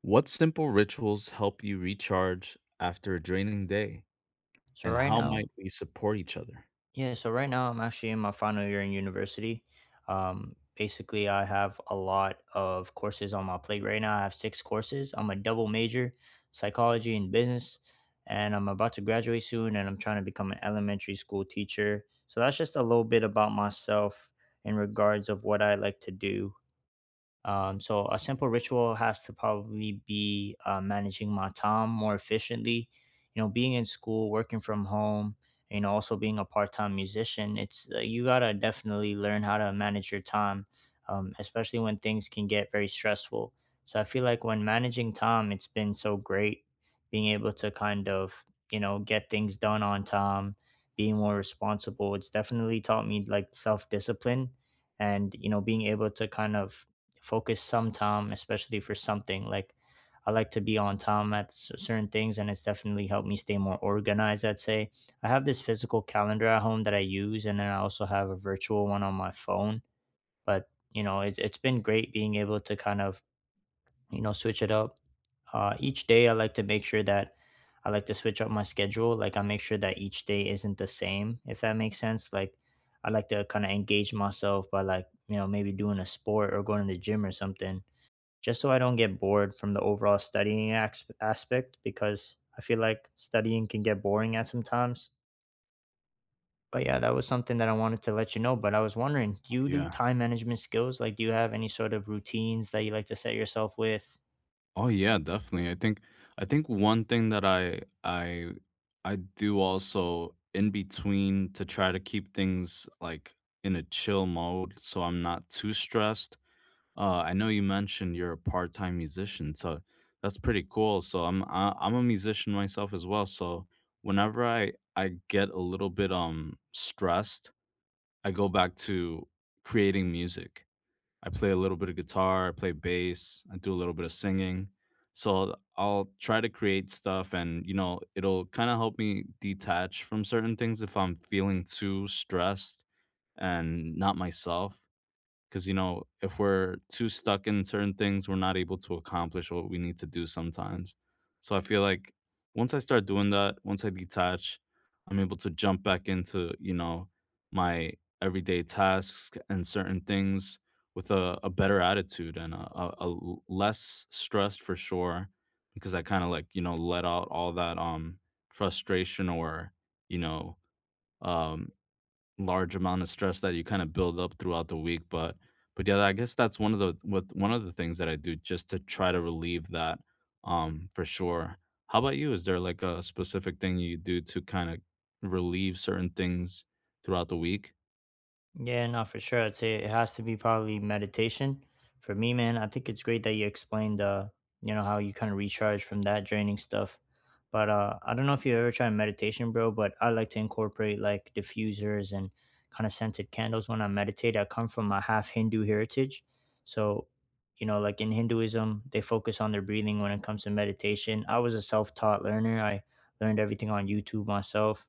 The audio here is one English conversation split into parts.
What simple rituals help you recharge after a draining day, So and right how might now, we support each other? yeah, so right now I'm actually in my final year in university. Basically, I have a lot of courses on my plate right now. I have 6 courses. I'm a double major, psychology and business, and I'm about to graduate soon. And I'm trying to become an elementary school teacher. So that's just a little bit about myself in regards of what I like to do so a simple ritual has to probably be managing my time more efficiently. You know, being in school, working from home, you know, also being a part-time musician, it's you gotta definitely learn how to manage your time, especially when things can get very stressful. So I feel like when managing time, it's been so great being able to kind of you know get things done on time, being more responsible. It's definitely taught me like self-discipline and you know being able to kind of focus some time, especially for something. Like I like to be on time at certain things, and it's definitely helped me stay more organized. I'd say I have this physical calendar at home that I use, and then I also have a virtual one on my phone. But you know, it's been great being able to kind of switch it up. Each day, I like to make sure that I like to switch up my schedule. Like I make sure that each day isn't the same, if that makes sense. Like I like to kind of engage myself by like maybe doing a sport or going to the gym or something just so I don't get bored from the overall studying aspect because I feel like studying can get boring at some times. But yeah, that was something that I wanted to let you know. But I was wondering, do you do Yeah. time management skills? Like, do you have any sort of routines that you like to set yourself with? Oh yeah, definitely. I think one thing that I do also in between to try to keep things like in a chill mode so I'm not too stressed. I know you mentioned you're a part-time musician, so that's pretty cool. So I'm a musician myself as well, so whenever I get a little bit stressed, I go back to creating music. I play a little bit of guitar, I play bass, I do a little bit of singing. So I'll try to create stuff and, you know, it'll kind of help me detach from certain things if I'm feeling too stressed and not myself, because you know if we're too stuck in certain things we're not able to accomplish what we need to do sometimes. So I feel like once I start doing that, once I detach, I'm able to jump back into, you know, my everyday tasks and certain things with a better attitude and a less stressed for sure, because I kind of, like, you know, let out all that frustration or, you know, um large amount of stress that you kind of build up throughout the week. But yeah, I guess that's one of the with one of the things that I do just to try to relieve that, for sure. How about you? Is there like a specific thing you do to kind of relieve certain things throughout the week? Yeah, no, for sure. I'd say it has to be probably meditation. For me, man, I think it's great that you explained, you know, how you kind of recharge from that draining stuff. But I don't know if you ever tried meditation, bro, but I like to incorporate like diffusers and kind of scented candles when I meditate. I come from a half Hindu heritage. So, you know, like in Hinduism, they focus on their breathing when it comes to meditation. I was a self taught learner. I learned everything on YouTube myself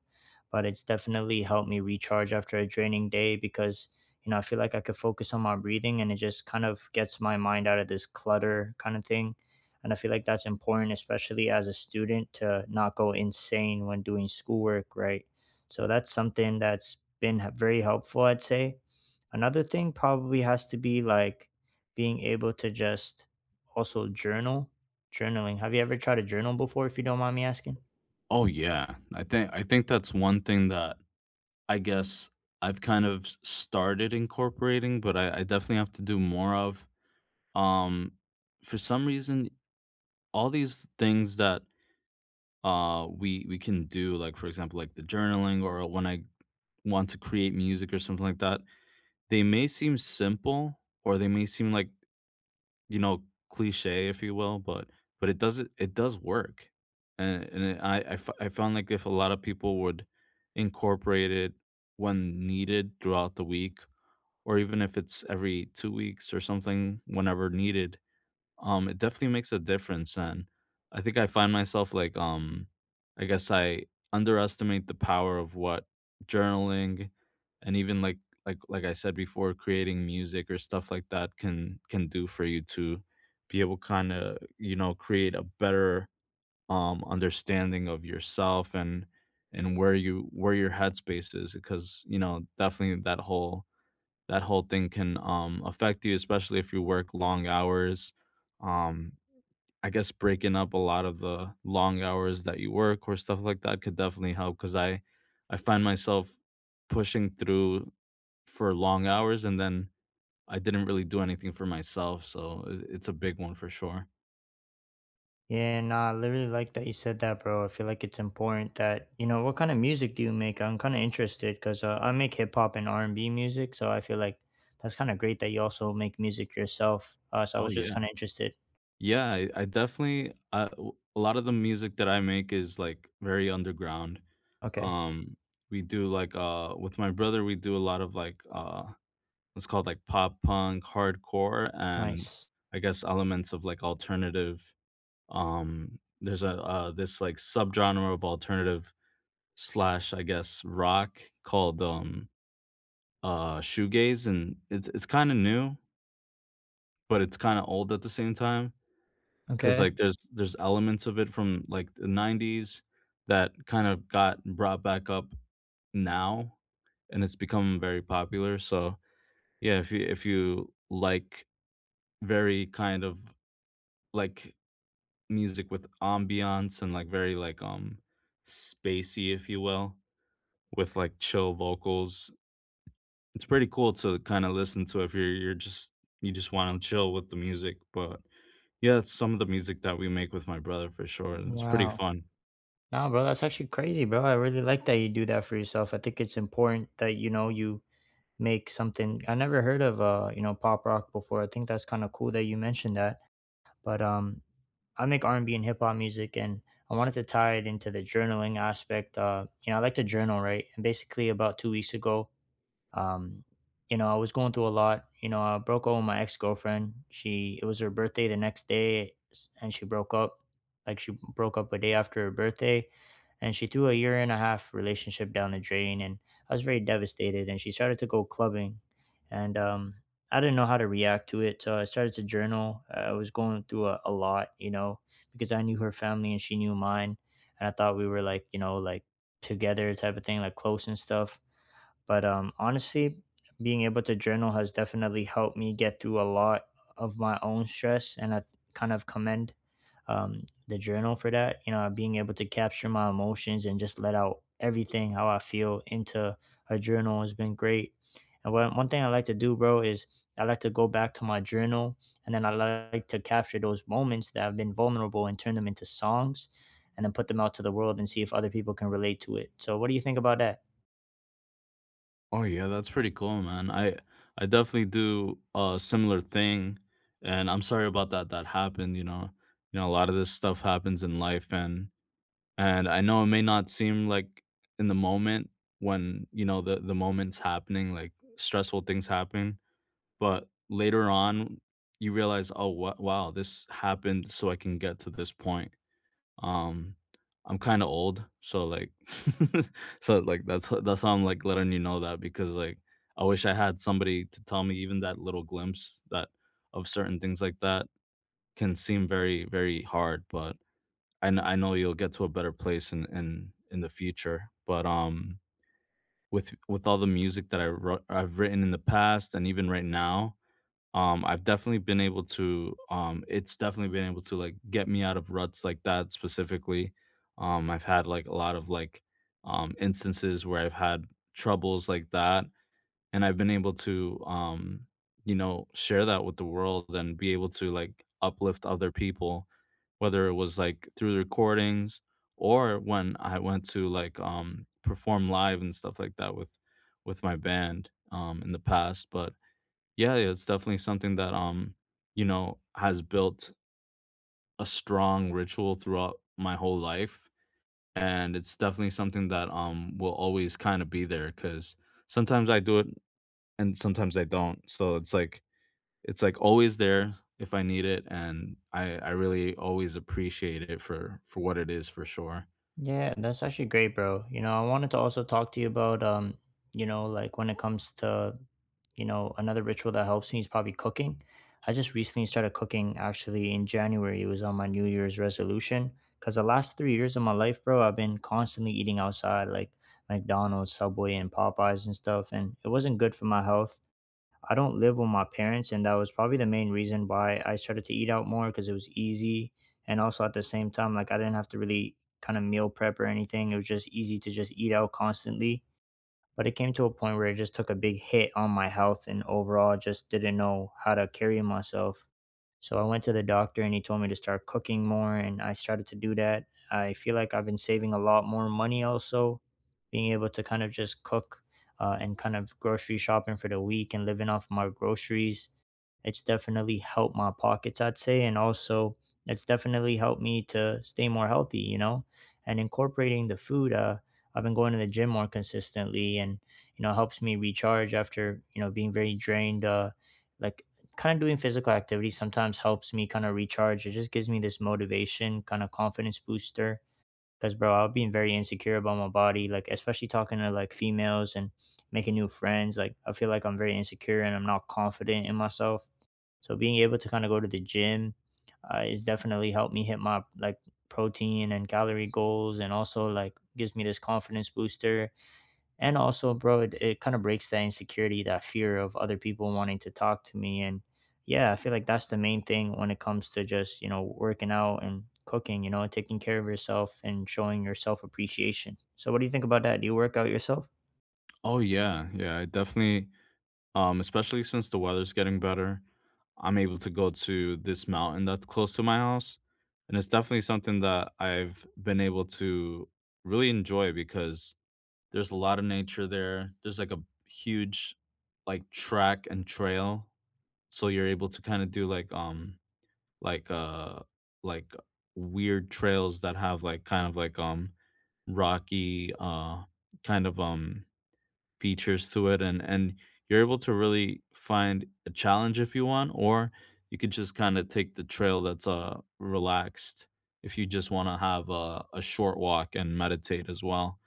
but it's definitely helped me recharge after a draining day because you know I feel like I could focus on my breathing and it just kind of gets my mind out of this clutter kind of thing. And I feel like that's important, especially as a student, to not go insane when doing schoolwork, right? So that's something that's been very helpful, I'd say. Another thing probably has to be like being able to just also journal. Journaling. Have you ever tried to journal before, if you don't mind me asking? Oh yeah. I think that's one thing that I guess I've kind of started incorporating, but I definitely have to do more of. Um for some reason, all these things that we can do, like, for example, like the journaling or when I want to create music or something like that, they may seem simple or they may seem like, you know, cliche, if you will, but it does, it does work. And and it, I, I f- I found, like, if a lot of people would incorporate it when needed throughout the week, or even if it's every 2 weeks or something whenever needed, it definitely makes a difference. And I think I find myself like, I guess I underestimate the power of what journaling and even like I said before, creating music or stuff like that can do for you, to be able kind of, you know, create a better understanding of yourself and and where your headspace is, because you know definitely that whole thing can affect you, especially if you work long hours. um I guess breaking up a lot of the long hours that you work or stuff like that could definitely help, because I find myself pushing through for long hours, and then I didn't really do anything for myself. So it's a big one for sure. Yeah, nah, I literally like that you said that, bro. I feel like it's important that you know what kind of music do you make. I'm kind of interested because I make hip hop and R and B music, so I feel like that's kind of great that you also make music yourself. So I Oh was just kind yeah, of interested. yeah. I definitely. A lot of the music that I make is like very underground. Okay, Um, we do, like, with my brother, we do a lot of like it's called like pop punk, hardcore, and nice. I guess elements of like alternative. There's a this like subgenre of alternative slash, I guess, rock called shoegaze, and it's kind of new, but it's kind of old at the same time, because Okay, like there's elements of it from like the 90s that kind of got brought back up now, and it's become very popular. So yeah, if you like very kind of like music with ambiance and, like, very, like, spacey, if you will, with, like, chill vocals. It's pretty cool to kinda listen to if you're just, you just wanna chill with the music. But yeah, that's some of the music that we make with my brother for sure, and it's pretty wow. fun. Nah, bro, that's actually crazy, bro. I really like that you do that for yourself. I think it's important that you know you make something. I never heard of you know pop rock before. I think that's kind of cool that you mentioned that. But I make R&B and B and hip hop music and I wanted to tie it into the journaling aspect. You know, I like to journal, right? And basically about 2 weeks ago, um you know I was going through a lot you know I broke up with my ex-girlfriend she it was her birthday the next day and she broke up like she broke up a day after her birthday and she threw a year and a half relationship down the drain and I was very devastated and she started to go clubbing and I didn't know how to react to it so I started to journal I was going through a lot you know because I knew her family and she knew mine and I thought we were like you know like together type of thing like close and stuff but honestly, being able to journal has definitely helped me get through a lot of my own stress, and I kind of commend the journal for that. You know, being able to capture my emotions and just let out everything how I feel into a journal has been great. And one thing I like to do, bro, is I like to go back to my journal and then I like to capture those moments that have been vulnerable and turn them into songs and then put them out to the world and see if other people can relate to it. So, what do you think about that? Oh, yeah, that's pretty cool, man. I definitely do a similar thing, and I'm sorry about that happened, you know? You know, a lot of this stuff happens in life, and I know it may not seem like in the moment when, you know, the moment's happening, like, stressful things happen, but later on you realize, "Oh, wa wow, this happened so I can get to this point." Um, I'm kinda old, so, like so, like, that's how I'm like letting you know that, because like, I wish I had somebody to tell me even that little glimpse that, of certain things like that, can seem very, very hard. But and I know you'll get to a better place in in the future. But with all the music that I've written in the past, and even right now, I've definitely been able to like get me out of ruts like that specifically. I've had like a lot of like instances where I've had troubles like that, and I've been able to, you know, share that with the world and be able to like uplift other people, whether it was like through the recordings or when I went to like perform live and stuff like that with my band, in the past. But yeah, it's definitely something that you know, has built a strong ritual throughout my whole life, and it's definitely something that will always kind of be there, because sometimes I do it and sometimes I don't. So it's like always there if I need it, and I really always appreciate it for what it is for sure. Yeah, that's actually great, bro. You know, I wanted to also talk to you about you know, like when it comes to, you know, another ritual that helps me is probably cooking. I just recently started cooking actually in January. It was on my New Year's resolution because the last 3 years of my life, bro, I've been constantly eating outside like McDonald's, Subway, and Popeyes and stuff, and it wasn't good for my health. I don't live with my parents, and that was probably the main reason why I started to eat out more because it was easy. And also at the same time, like I didn't have to really kind of meal prep or anything. It was just easy to just eat out constantly but it came to a point where it just took a big hit on my health and overall just didn't know how to carry myself. So I went to the doctor and he told me to start cooking more and I started to do that. I feel like I've been saving a lot more money also, being able to kind of just cook and kind of grocery shopping for the week and living off my groceries it's definitely helped my pockets, I'd say. And also, it's definitely helped me to stay more healthy, you know, and incorporating the food. I've been going to the gym more consistently and, you know, helps me recharge after, you know, being very drained. Like, kind of doing physical activity sometimes helps me kind of recharge. It just gives me this motivation, kind of confidence booster. Cause bro, I've been very insecure about my body, like especially talking to like females and making new friends. Like I feel like I'm very insecure and I'm not confident in myself. So being able to kind of go to the gym is definitely helped me hit my like protein and calorie goals, and also like gives me this confidence booster. And also, bro, it kind of breaks that insecurity, that fear of other people wanting to talk to me. And yeah, I feel like that's the main thing when it comes to just you know working out and cooking. You know, taking care of yourself and showing yourself appreciation. So, what do you think about that? Do you work out yourself? Oh yeah, yeah, I definitely, especially since the weather's getting better, I'm able to go to this mountain that's close to my house, and it's definitely something that I've been able to really enjoy because there's a lot of nature there. There's like a huge, like, track and trail, so you're able to kinda do, like, like, uh, like weird trails that have like kind of like, rocky, kind of, features to it. And you're able to really find a challenge if you want, or you could just kind of take the trail that's, relaxed, if you just want to have a short walk and meditate as well.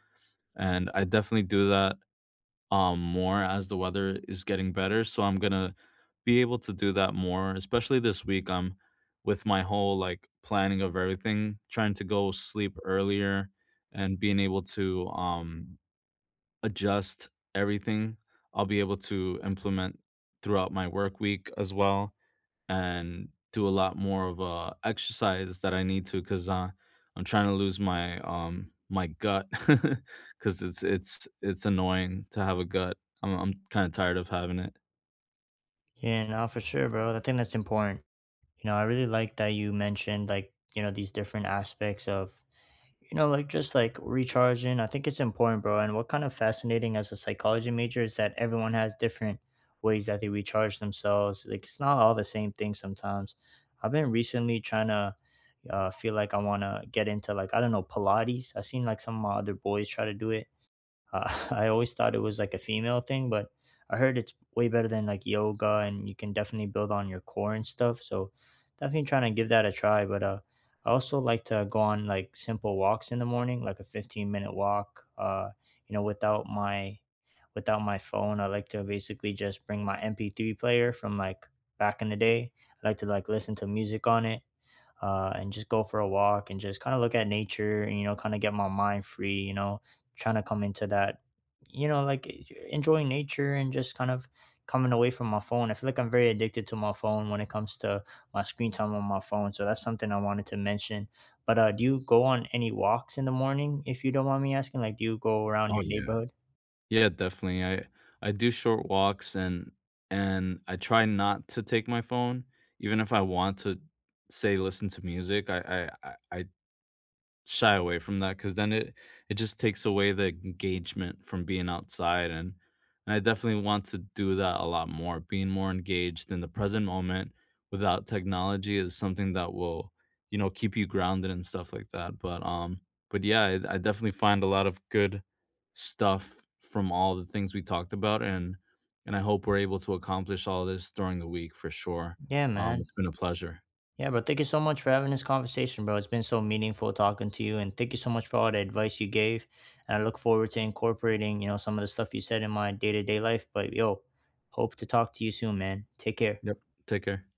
And I definitely do that more as the weather is getting better. So I'm gonna be able to do that more, especially this week. I'm with my whole like planning of everything, trying to go sleep earlier and being able to adjust everything. I'll be able to implement throughout my work week as well, and do a lot more of exercise that I need to, because I'm trying to lose my my gut because it's it's annoying to have a gut. I'm kind of tired of having it. Yeah, no, for sure, bro. I think that's important. You know, I really like that you mentioned like, you know, these different aspects of, you know, like just like recharging. I think it's important, bro. And what kind of fascinating as a psychology major is that everyone has different ways that they recharge themselves. Like it's not all the same thing sometimes. I've been recently trying to feel like I want to get into like, I don't know, Pilates. I've seen like some of my other boys try to do it I always thought it was like a female thing, but I heard it's way better than like yoga, and you can definitely build on your core and stuff. So definitely trying to give that a try. But I also like to go on like simple walks in the morning, like a 15-minute walk. You know, without my phone, I like to basically just bring my MP3 player from like back in the day. I like to like listen to music on it and just go for a walk and just kind of look at nature and you know kind of get my mind free you know trying to come into that you know like enjoying nature and just kind of coming away from my phone I feel like I'm very addicted to my phone when it comes to my screen time on my phone so that's something I wanted to mention but do you go on any walks in the morning if you don't mind me asking like do you go around Oh your yeah. neighborhood Yeah, definitely. I do short walks, and I try not to take my phone, even if I want to say listen to music. I I I shy away from that, because then it just takes away the engagement from being outside. And I definitely want to do that a lot more. Being more engaged in the present moment without technology is something that will, you know, keep you grounded and stuff like that. But yeah, I definitely find a lot of good stuff from all the things we talked about, and I hope we're able to accomplish all this during the week for sure. yeah man It's been a pleasure. Yeah, bro. Thank you so much for having this conversation, bro. It's been so meaningful talking to you, and thank you so much for all the advice you gave. And I look forward to incorporating, you know, some of the stuff you said in my day to day life. But yo, hope to talk to you soon, man. Take care. Yep. Take care.